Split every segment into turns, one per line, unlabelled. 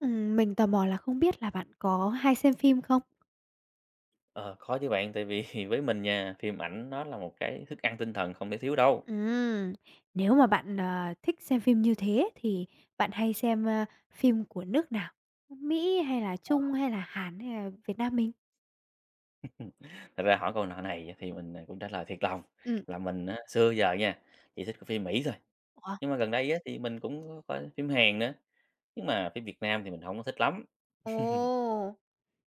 Mình tò mò là không biết là bạn có hay xem phim không?
Ờ, có chứ bạn, tại vì với mình nha, phim ảnh nó là một cái thức ăn tinh thần không thể thiếu đâu.
Ừm, nếu mà bạn, thích xem phim như thế thì bạn hay xem, phim của nước nào? Mỹ hay là Trung hay là Hàn hay là Việt Nam mình?
Thật ra hỏi câu nọ này thì mình, cũng trả lời thiệt lòng
Ừ.
là mình á, xưa giờ nha, chỉ thích coi phim Mỹ thôi,
Ủa?
nhưng mà gần đây á thì mình cũng có coi phim Hàn nữa, nhưng mà phim Việt Nam thì mình không có thích lắm.
Ồ!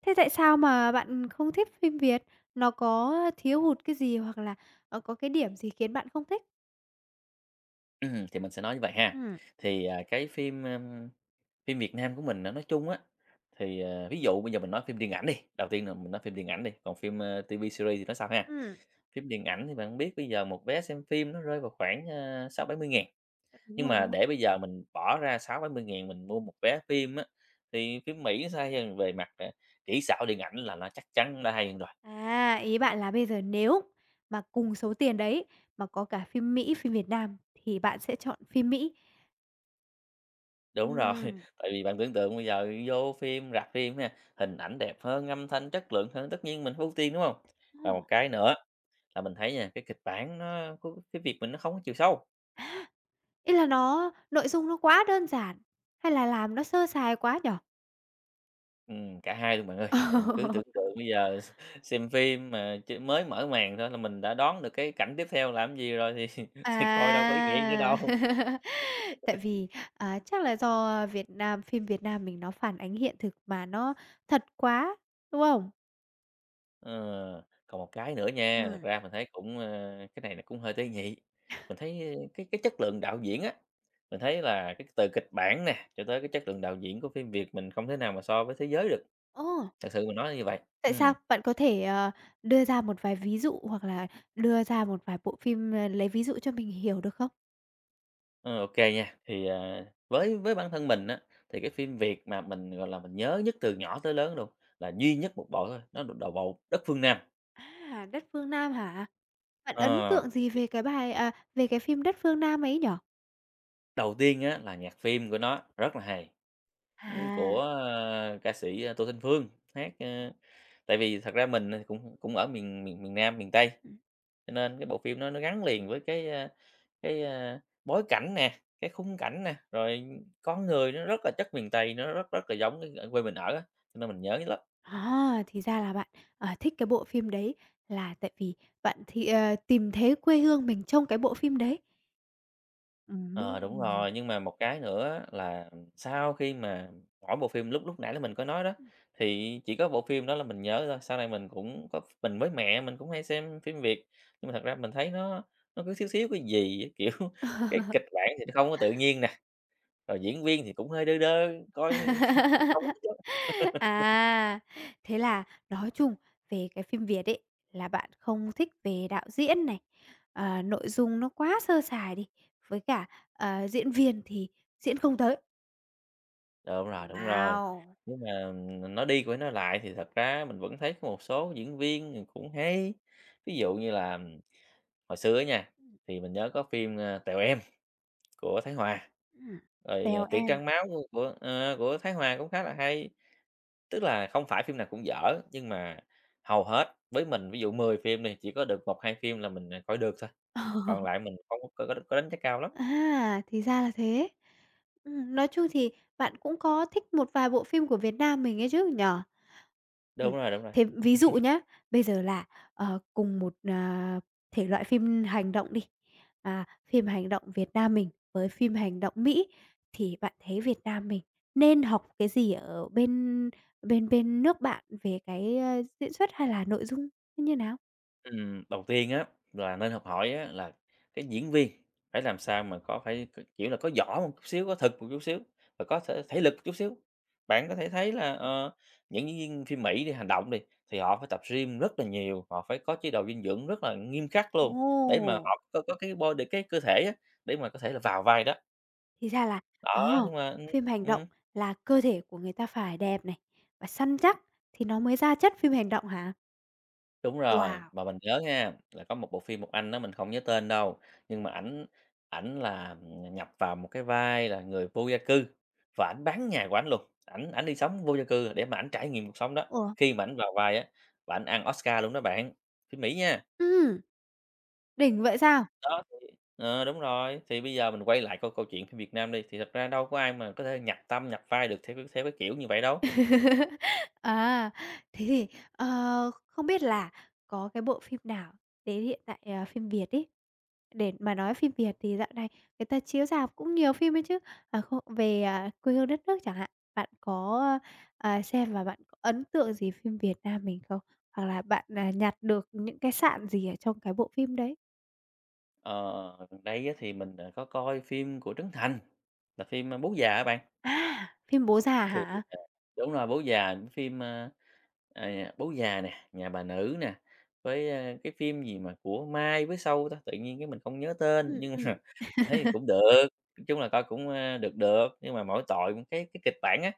Thế tại sao mà bạn không thích phim Việt? Nó có thiếu hụt cái gì hoặc là, có cái điểm gì khiến bạn không thích?
Thì mình sẽ nói như vậy ha.
Ừ.
Thì, à, cái phim, ưm, Phim Việt Nam của mình á, nói chung á, ví dụ bây giờ mình nói phim điện ảnh đi, đầu tiên là mình nói phim điện ảnh đi, còn phim ti vi series thì nói sau ha.
Ừm.
Phim điện ảnh thì bạn biết bây giờ một vé xem phim nó rơi vào khoảng 60.000-70.000,
Đúng
nhưng
rồi,
mà
đúng rồi.
để bây giờ mình bỏ ra sáu bảy mươi ngàn mình mua một vé phim á, thì phim Mỹ nó sẽ hay hơn về mặt kỹ xảo điện ảnh là nó chắc chắn đã hay hơn rồi.
À, ý bạn là bây giờ nếu mà cùng số tiền đấy mà có cả phim Mỹ, phim Việt Nam thì bạn sẽ chọn phim Mỹ.
Đúng rồi,
Ừm.
tại vì bạn tưởng tượng bây giờ vô phim, rạp phim nè hình ảnh đẹp hơn, âm thanh chất lượng hơn, tất nhiên mình phải ưu tiên, đúng không? Và
Đúng.
một cái nữa là mình thấy nha, cái kịch bản nó có cái việc mình nó không có chiều sâu.
Ý là nó nội dung nó quá đơn giản hay là làm nó sơ sài quá nhỉ?
Cả hai luôn bạn ơi. Bạn cứ tưởng
Ờ.
tượng bây giờ xem phim mà chỉ mới mở màn thôi là mình đã đoán được cái cảnh tiếp theo làm gì rồi thì thì coi đâu có ý nghĩa nữa
À.
đâu.
Tại vì, chắc là do Việt Nam phim Việt Nam mình nó phản ánh hiện thực mà nó thật quá, đúng không?
Ờ, Còn một cái nữa nha, thật
Ừ.
ra mình thấy cái này là cũng hơi tế nhị. Mình thấy cái chất lượng đạo diễn á, mình thấy là cái từ kịch bản nè, cho tới cái chất lượng đạo diễn của phim Việt mình không thể nào mà so với thế giới được,
Ồ.
thật sự mình nói là như vậy.
Tại sao?
Ừm,
Bạn có thể, đưa ra một vài ví dụ hoặc là đưa ra một vài bộ phim, lấy ví dụ cho mình hiểu được không?
ờ, ô nha. Với bản thân mình á, thì cái phim Việt mà mình, gọi là, mình nhớ nhất từ nhỏ tới lớn luôn là duy nhất một bộ thôi, nó là bộ "Đất Phương Nam".
À, Đất Phương Nam hả? Bạn
Ờ,
ấn tượng gì về cái bài à, về cái phim Đất Phương Nam ấy nhỉ?
Đầu tiên á là nhạc phim của nó rất là hay.
À.
Ca sĩ Tô Thanh Phương hát, tại vì thật ra mình, cũng cũng ở miền miền miền Nam, miền Tây,
Ừm.
cho nên cái bộ phim nó gắn liền với bối cảnh nè, cái khung cảnh nè, rồi con người nó rất là chất miền Tây, nó rất rất là giống cái ở quê mình ở á, cho nên mình nhớ lắm.
À, thì ra là bạn, thích cái bộ phim đấy là tại vì bạn thì, tìm thấy quê hương mình trong cái bộ phim đấy.
Ờ, Đúng
Ừm.
rồi, nhưng mà một cái nữa á là sau khi mà mỗi bộ phim lúc lúc nãy là mình có nói đó, thì chỉ có bộ phim đó là mình nhớ thôi, sau này mình cũng có mình với mẹ mình cũng hay xem phim Việt, nhưng mà thật ra mình thấy nó cứ xíu xíu cái gì á, kiểu, cái kịch bản thì nó không có tự nhiên nè, rồi diễn viên thì cũng hơi đơ đơ, coi không có thích lắm.
À, thế là nói chung về cái phim Việt ấy, là bạn không thích về đạo diễn này, nội dung nó quá sơ sài đi, với cả, diễn viên thì diễn không tới.
Đúng rồi,
Wow!
nhưng mà nó đi của nó lại thì thật ra mình vẫn thấy có một số diễn viên thì cũng hay, ví dụ như là hồi xưa á nha, thì mình nhớ có phim Tèo Em của Thái Hòa,
Ừm,
rồi,
Tèo
à, Tiệc
Em.
Trăng Máu của Thái Hòa cũng khá là hay. Tức là không phải phim nào cũng dở, nhưng mà hầu hết với mình, ví dụ 10 phim đi, chỉ có được một hai phim là mình coi được thôi, còn lại mình không có đánh giá cao lắm.
À, thì ra là thế. Nói chung thì bạn cũng có thích một vài bộ phim của Việt Nam mình ấy chứ nhỉ? Ừm,
Đúng rồi, đúng rồi.
thế ví dụ nhá, bây giờ là, cùng một, thể loại phim hành động đi, phim hành động Việt Nam mình với phim hành động Mỹ, thì bạn thấy Việt Nam mình nên học cái gì ở bên bên bên nước bạn về cái, diễn xuất hay là nội dung như nào?
Đầu tiên á là nên học hỏi á là cái diễn viên phải làm sao mà có phải, kiểu là, có võ một chút xíu, có thực một chút xíu và có thể thể lực một chút xíu. Bạn có thể thấy là những diễn viên phim Mỹ đi, hành động đi, thì họ phải tập gym rất là nhiều, họ phải có chế độ dinh dưỡng rất là nghiêm khắc luôn, để mà
Ồ!
họ có cái body cái cơ thể á, để mà có thể là vào vai đó.
Thì ra là,
Đó,
oh
nhưng mà
phim hành động là cơ thể của người ta phải đẹp này, và săn chắc thì nó mới ra chất phim hành động hả?
đúng rồi,
Wow!
mà mình nhớ nha, là có một bộ phim một anh đó mình không nhớ tên đâu, nhưng mà ảnh ảnh là, nhập vào một cái vai là người vô gia cư và ảnh bán nhà của ảnh luôn, ảnh ảnh đi sống vô gia cư để mà ảnh trải nghiệm cuộc sống đó.
Ủa?
Khi mà ảnh vào vai á, và ảnh ăn Oscar luôn đó bạn, phim Mỹ nha.
Ừm, đỉnh vậy sao?
Đó, thì Đúng rồi, thì bây giờ mình quay lại câu câu chuyện phim Việt Nam đi, thì thật ra đâu có ai mà có thể nhập tâm, nhập vai được theo theo cái kiểu như vậy đâu.
À, thế thì, không biết là có cái bộ phim nào đến hiện tại, phim Việt ấy, để mà nói phim Việt thì dạo này người ta chiếu rạp cũng nhiều phim ấy chứ, không về, quê hương đất nước chẳng hạn, bạn có, xem và bạn có ấn tượng gì phim Việt Nam mình không? Hoặc là bạn, nhặt được những cái sạn gì ở trong cái bộ phim đấy?
Ờ, Gần đây á, thì mình có coi phim của Trấn Thành, là phim Bố Già á bạn.
À, phim Bố Già
Thì,
hả?
ờ đúng rồi, Bố Già, cái phim, Bố Già nè, Nhà Bà Nữ nè, cái phim gì mà của Mai với Sâu ta, tự nhiên cái mình không nhớ tên,
Ừm,
nhưng mà
ừm.
mình thấy cũng được, nói chung là coi cũng được được. Nhưng mà mỗi tội một cái kịch bản á,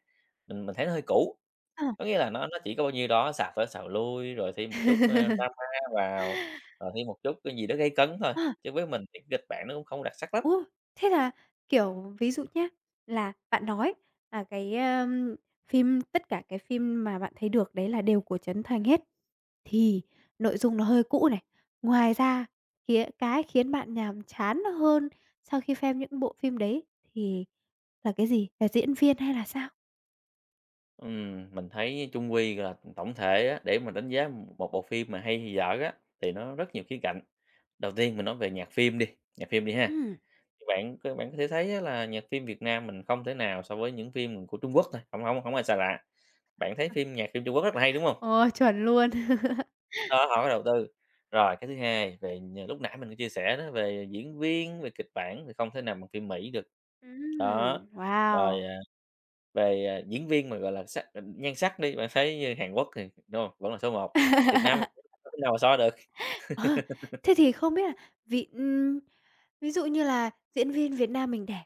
mình thấy nó hơi cũ,
Ờ.
có nghĩa là nó chỉ có bao nhiêu đó, xào tới xào lui, rồi thêm một chút drama vào, rồi thêm một chút cái gì đó gây cấn thôi, chứ với mình thì cái kịch bản nó cũng không đặc sắc lắm.
Ô! Thế là, kiểu, ví dụ nhé là bạn nói là cái, phim tất cả cái phim mà bạn thấy được đấy là đều của Trấn Thành hết, thì nội dung nó hơi cũ này. Ngoài ra, khía cái khiến bạn nhàm chán hơn sau khi xem những bộ phim đấy thì là cái gì? Là diễn viên hay là sao?
Mình thấy chung quy là tổng thể á, để mà đánh giá một bộ phim mà hay hay dở á, thì nó rất nhiều khía cạnh. Đầu tiên mình nói về nhạc phim đi ha.
Ừm.
Các bạn có thể thấy á, là nhạc phim Việt Nam mình không thể nào so với những phim của Trung Quốc thôi, không không không ai xa lạ. Bạn thấy nhạc phim Trung Quốc rất là hay, đúng không?
Ờ, chuẩn luôn.
Đó, họ có đầu tư. Rồi cái thứ hai về nh lúc nãy mình có chia sẻ đó, về diễn viên, về kịch bản thì không thể nào bằng phim Mỹ được. Đó, rồi,
Wow!
à, Về, à, Diễn viên mà, gọi là, nhan sắc đi, bạn thấy như Hàn Quốc thì, đúng hông? Vẫn là số một. Việt Nam mình cũng không thể nào mà so được.
Ờ, thế thì không biết là vị ví dụ như là diễn viên Việt Nam mình đẻ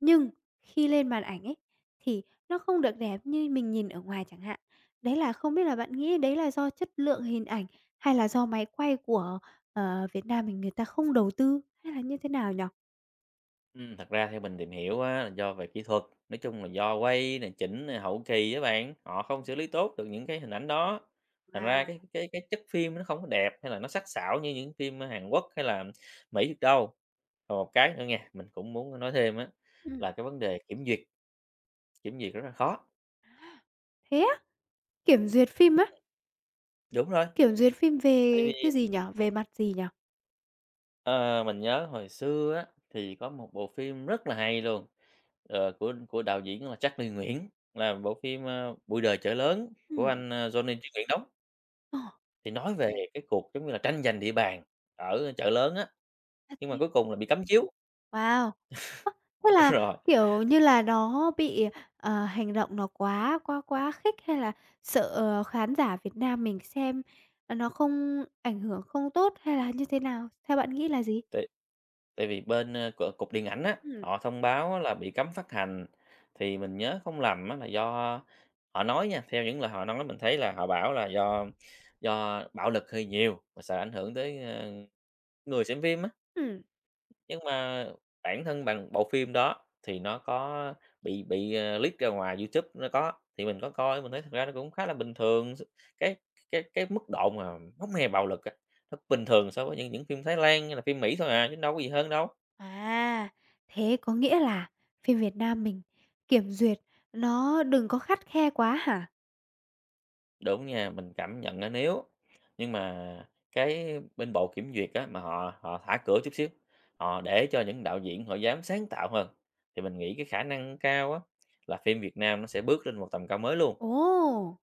nhưng khi lên màn ảnh ấy, thì nó không được đẹp như mình nhìn ở ngoài chẳng hạn. Đấy là không biết là bạn nghĩ đấy là do chất lượng hình ảnh hay là do máy quay của, Việt Nam mình người ta không đầu tư hay là như thế nào nhỉ?
Thật ra theo mình tìm hiểu á, là do về kỹ thuật, nói chung là do quay nè, chỉnh nè, hậu kỳ á bạn, họ không xử lý tốt được những cái hình ảnh đó. Thành ra
Wow!
cái chất phim nó không có đẹp hay là nó sắc sảo như những phim Hàn Quốc hay là Mỹ được đâu. Còn một cái nữa nha mình cũng muốn nói thêm á,
Ừm,
là cái vấn đề kiểm duyệt rất là khó.
thế á? Kiểm duyệt phim á?
Đúng rồi,
Kiểm duyệt phim
tại
về
vì
cái gì nhở? Về mặt gì nhở?
Ờ, mình nhớ hồi xưa á, thì có một bộ phim rất là hay luôn, của đạo diễn là Charlie Nguyễn, là bộ phim "Bụi đời chợ lớn" của
Ừm.
anh Johnny Chí Nguyễn đóng,
Ờ.
thì nói về cái cuộc, giống như là, tranh giành địa bàn ở chợ lớn á,
À,
nhưng mà
thế.
cuối cùng là bị cấm chiếu.
Wow! Thế là,
Đúng rồi,
kiểu như là, nó bị, hành động nó quá quá quá khích hay là sợ khán giả Việt Nam mình xem, nó không ảnh hưởng không tốt hay là như thế nào? Theo bạn nghĩ là gì?
tại tại vì bên, ơ, c cục điện ảnh á,
Ừm,
họ thông báo á là bị cấm phát hành, thì mình nhớ không lầm á là do họ nói nha, theo những lời họ nói mình thấy là họ bảo là do bạo lực hơi nhiều và sợ ảnh hưởng tới người xem phim á.
ừm.
Nhưng mà bản thân bằng bộ phim đó thì nó có bị leak ra ngoài YouTube, nó có, thì mình có coi mình thấy thật ra nó cũng khá là bình thường, cái cái mức độ mà hông hề bạo lực, à, nó bình thường so với những phim Thái Lan hay là phim Mỹ thôi à, chứ đâu có gì hơn đâu.
À, thế có nghĩa là phim Việt Nam mình kiểm duyệt nó đừng có khắt khe quá hả?
Đúng nha, mình cảm nhận là nếu nhưng mà cái bên bộ kiểm duyệt á, mà họ họ thả cửa chút xíu, họ để cho những đạo diễn họ dám sáng tạo hơn, thì mình nghĩ cái khả năng cao á, là phim Việt Nam nó sẽ bước lên một tầm cao mới luôn.
Ồ!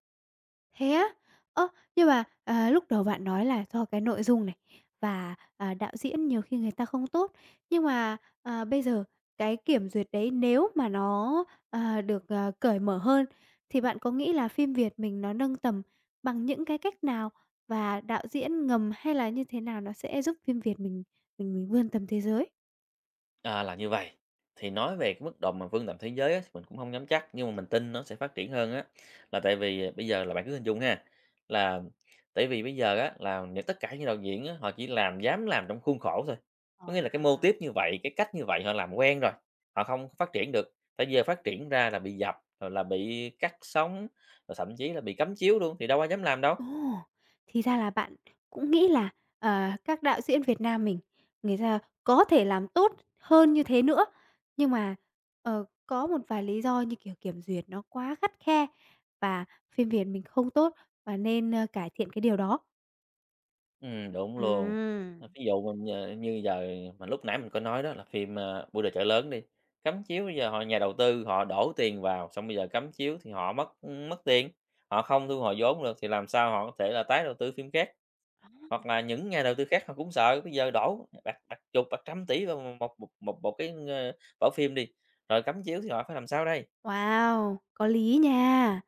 Thế á? Ơ, nhưng mà, lúc đầu bạn nói là do cái nội dung này và, đạo diễn nhiều khi người ta không tốt, nhưng mà, bây giờ cái kiểm duyệt đấy nếu mà nó, được, cởi mở hơn thì bạn có nghĩ là phim Việt mình nó nâng tầm bằng những cái cách nào? Và đạo diễn ngầm hay là như thế nào nó sẽ giúp phim Việt mình vươn tầm thế giới?
À, là như vậy thì nói về cái mức độ mà vươn tầm thế giới á, thì mình cũng không nắm chắc, nhưng mà mình tin nó sẽ phát triển hơn á, là tại vì bây giờ là bạn cứ hình dung ha, là tại vì bây giờ á, là những tất cả những đạo diễn á, họ chỉ làm dám làm trong khuôn khổ thôi. Có nghĩa là cái mô
Wow!
típ như vậy, cái cách như vậy họ làm quen rồi, họ không phát triển được, tại giờ phát triển ra là bị dập, rồi là bị cắt sóng, rồi thậm chí là bị cấm chiếu luôn, thì đâu ai dám làm đâu.
Ồ! Thì ra là bạn cũng nghĩ là, các đạo diễn Việt Nam mình, người ta có thể làm tốt hơn như thế nữa, nhưng mà, có một vài lý do như, kiểu, kiểm duyệt nó quá khắt khe và phim Việt mình không tốt và nên, cải thiện cái điều đó.
Đúng luôn.
Ừm.
Ờ, ví dụ mình, như giờ mà lúc nãy mình có nói đó là phim, "Bưu đồ chợ lớn" đi, cấm chiếu bây giờ họ nhà đầu tư họ đổ tiền vào, xong bây giờ cấm chiếu thì họ mất, mất tiền, họ không thu hồi vốn được thì làm sao họ có thể là tái đầu tư phim khác. Hoặc là những nhà đầu tư khác họ cũng sợ bây giờ đổ bạc bạc chục, bạc trăm tỷ vào một một một một cái, bộ phim đi, rồi cấm chiếu thì họ phải làm sao đây?
Wow, có lý nha.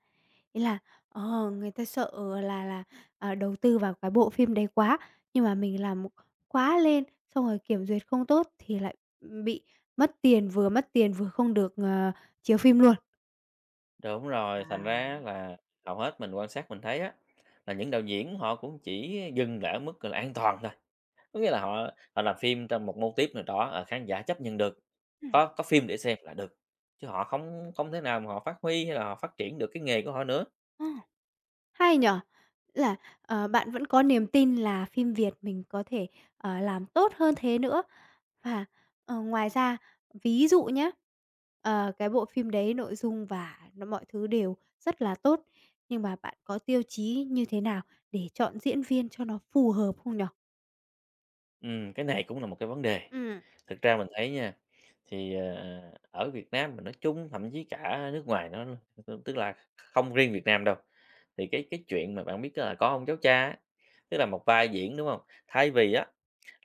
Ý là, người ta sợ là đầu tư vào cái bộ phim đấy quá, nhưng mà mình làm quá lên, xong rồi kiểm duyệt không tốt thì lại, bị mất tiền vừa không được, chiếu phim luôn.
Đúng rồi, thành ra là hầu hết mình quan sát mình thấy á, là những đạo diễn họ cũng chỉ dừng lại ở mức, gọi là, an toàn thôi. Có nghĩa là họ họ làm phim trong một mô típ nào đó, ờ, khán giả chấp nhận được,
Ừm,
có phim để xem là được, chứ họ không không thể nào mà họ phát huy hay là họ phát triển được cái nghề của họ nữa.
ờ. Hay nhỉ! Là, bạn vẫn có niềm tin là phim Việt mình có thể, làm tốt hơn thế nữa. Và, ngoài ra, ví dụ nhé cái bộ phim đấy nội dung và nó mọi thứ đều rất là tốt, nhưng mà bạn có tiêu chí như thế nào để chọn diễn viên cho nó phù hợp không nhỉ?
Cái này cũng là một cái vấn đề.
Ừm.
Thực ra mình thấy nha, thì, ờ, ở Việt Nam mình nói chung, thậm chí cả nước ngoài nó luôn, tức là không riêng Việt Nam đâu, thì cái chuyện mà bạn biết là "Có ông cháu cha" á, tức là một vai diễn, đúng không? Thay vì á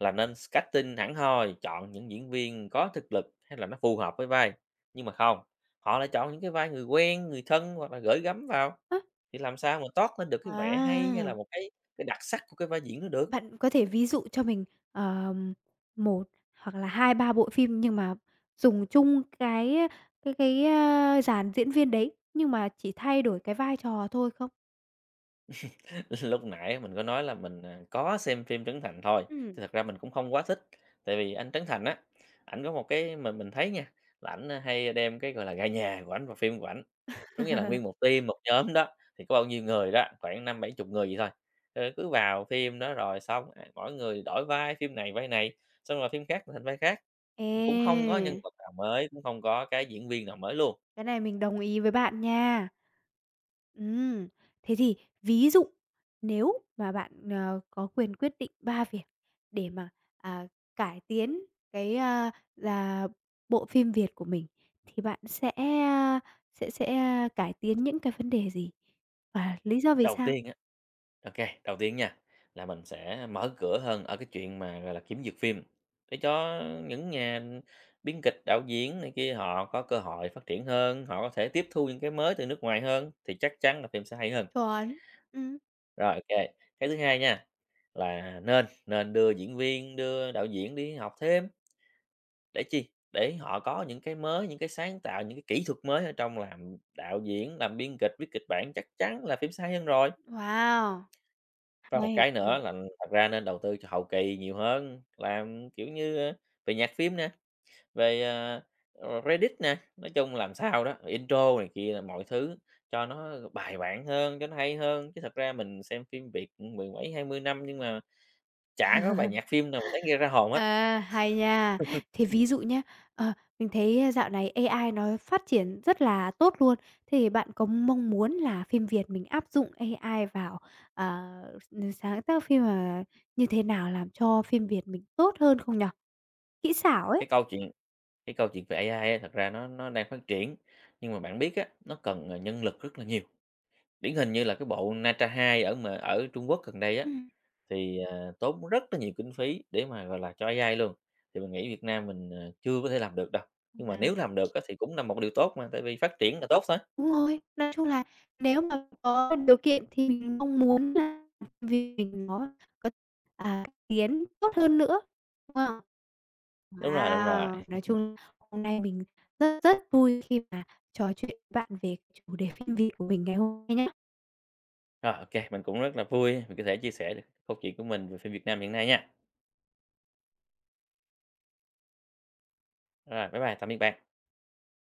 là nên casting hẳn hoi, chọn những diễn viên có thực lực hay là nó phù hợp với vai, nhưng mà không, họ lại chọn những cái vai người quen, người thân hoặc là gửi gắm vào,
Á,
thì làm sao mà toát lên được cái vẻ hay hay
à!
là một cái đặc sắc của cái vai diễn đó được?
Bạn có thể ví dụ cho mình, ờm, 1 hoặc là hai ba bộ phim nhưng mà dùng chung dàn diễn viên đấy, nhưng mà chỉ thay đổi cái vai trò thôi không?
Lúc nãy mình có nói là mình, có xem phim Trấn Thành thôi, thì
Ừm.
thật ra mình cũng không quá thích. Tại vì anh Trấn Thành á, ảnh có một cái mình thấy nha, là ảnh hay đem cái, gọi là, gà nhà của ảnh vào phim của ảnh. Có nghĩa là nguyên một team, một nhóm đó, thì có bao nhiêu người đó, khoảng năm bảy chục người vậy thôi. Ờ, cứ vào phim đó rồi xong, mỗi người đổi vai, phim này vai này, xong rồi phim khác thành vai khác, cũng không có nhân
Ê!
vật nào mới, cũng không có cái diễn viên nào mới luôn.
Cái này mình đồng ý với bạn nha. Ừm, thế thì ví dụ nếu mà bạn, có quyền quyết định 3 việc để mà, à, cải tiến cái, là bộ phim Việt của mình, thì bạn sẽ, a, sẽ sẽ, a, cải tiến những cái vấn đề gì? Và lý do vì
Đầu
sao?
tiên á, OK, đầu tiên nha, là mình sẽ mở cửa hơn ở cái chuyện mà, gọi là, kiếm duyệt phim, để cho những nhà biên kịch, đạo diễn này kia họ có cơ hội phát triển hơn, họ có thể tiếp thu những cái mới từ nước ngoài hơn, thì chắc chắn là phim sẽ hay hơn.
Chuẩn. Ừm.
Rồi, ô, cái thứ hai nha, là nên nên đưa diễn viên, đưa đạo diễn đi học thêm, để chi? Để họ có những cái mới, những cái sáng tạo, những cái kỹ thuật mới ở trong làm đạo diễn, làm biên kịch, viết kịch bản, chắc chắn là phim sẽ hay hơn rồi.
Wow!
Có một
Hay.
cái nữa là thật ra nên đầu tư cho hậu kỳ nhiều hơn, làm, kiểu như, về nhạc phim nè, về, Remix nè, nói chung làm sao đó, intro này kia, là mọi thứ cho nó bài bản hơn, cho nó hay hơn. Chứ thật ra mình xem phim Việt, mười mấy 20 năm nhưng mà chả có bài nhạc phim nào mình thấy nghe ra hồn hết.
À, hay nha. Thế ví dụ nhé, ờ, mình thấy dạo này AI nó phát triển rất là tốt luôn. Thì bạn có mong muốn là phim Việt mình áp dụng AI vào, ờ, s sáng tác phim, như thế nào làm cho phim Việt mình tốt hơn không nhở? Kỹ xảo ấy.
Cái câu chuyện cái câu chuyện về AI á thật ra nó đang phát triển, nhưng mà bạn biết á, nó cần, nhân lực rất là nhiều. Điển hình như là cái bộ Na 2 ở Trung Quốc gần đây á,
Ừm.
thì, tốn rất là nhiều kinh phí để mà, gọi là, cho AI luôn, thì mình nghĩ Việt Nam mình, chưa có thể làm được đâu, nhưng mà
À.
nếu làm được á thì cũng là một điều tốt mà, tại vì phát triển là tốt thôi.
Đúng rồi, nói chung là nếu mà có điều kiện thì mình mong muốn là vì mình nó có, tiến tốt hơn nữa, đúng không?
Đúng rồi, đúng rồi.
Wow! Nói chung hôm nay mình rất rất vui khi mà trò chuyện với bạn về chủ đề phim Việt của mình ngày hôm nay nhá.
Rồi, ô, mình cũng rất là vui vì có thể chia sẻ được câu chuyện của mình về phim Việt Nam hiện nay nha. Rồi, bye bye, tạm biệt bạn.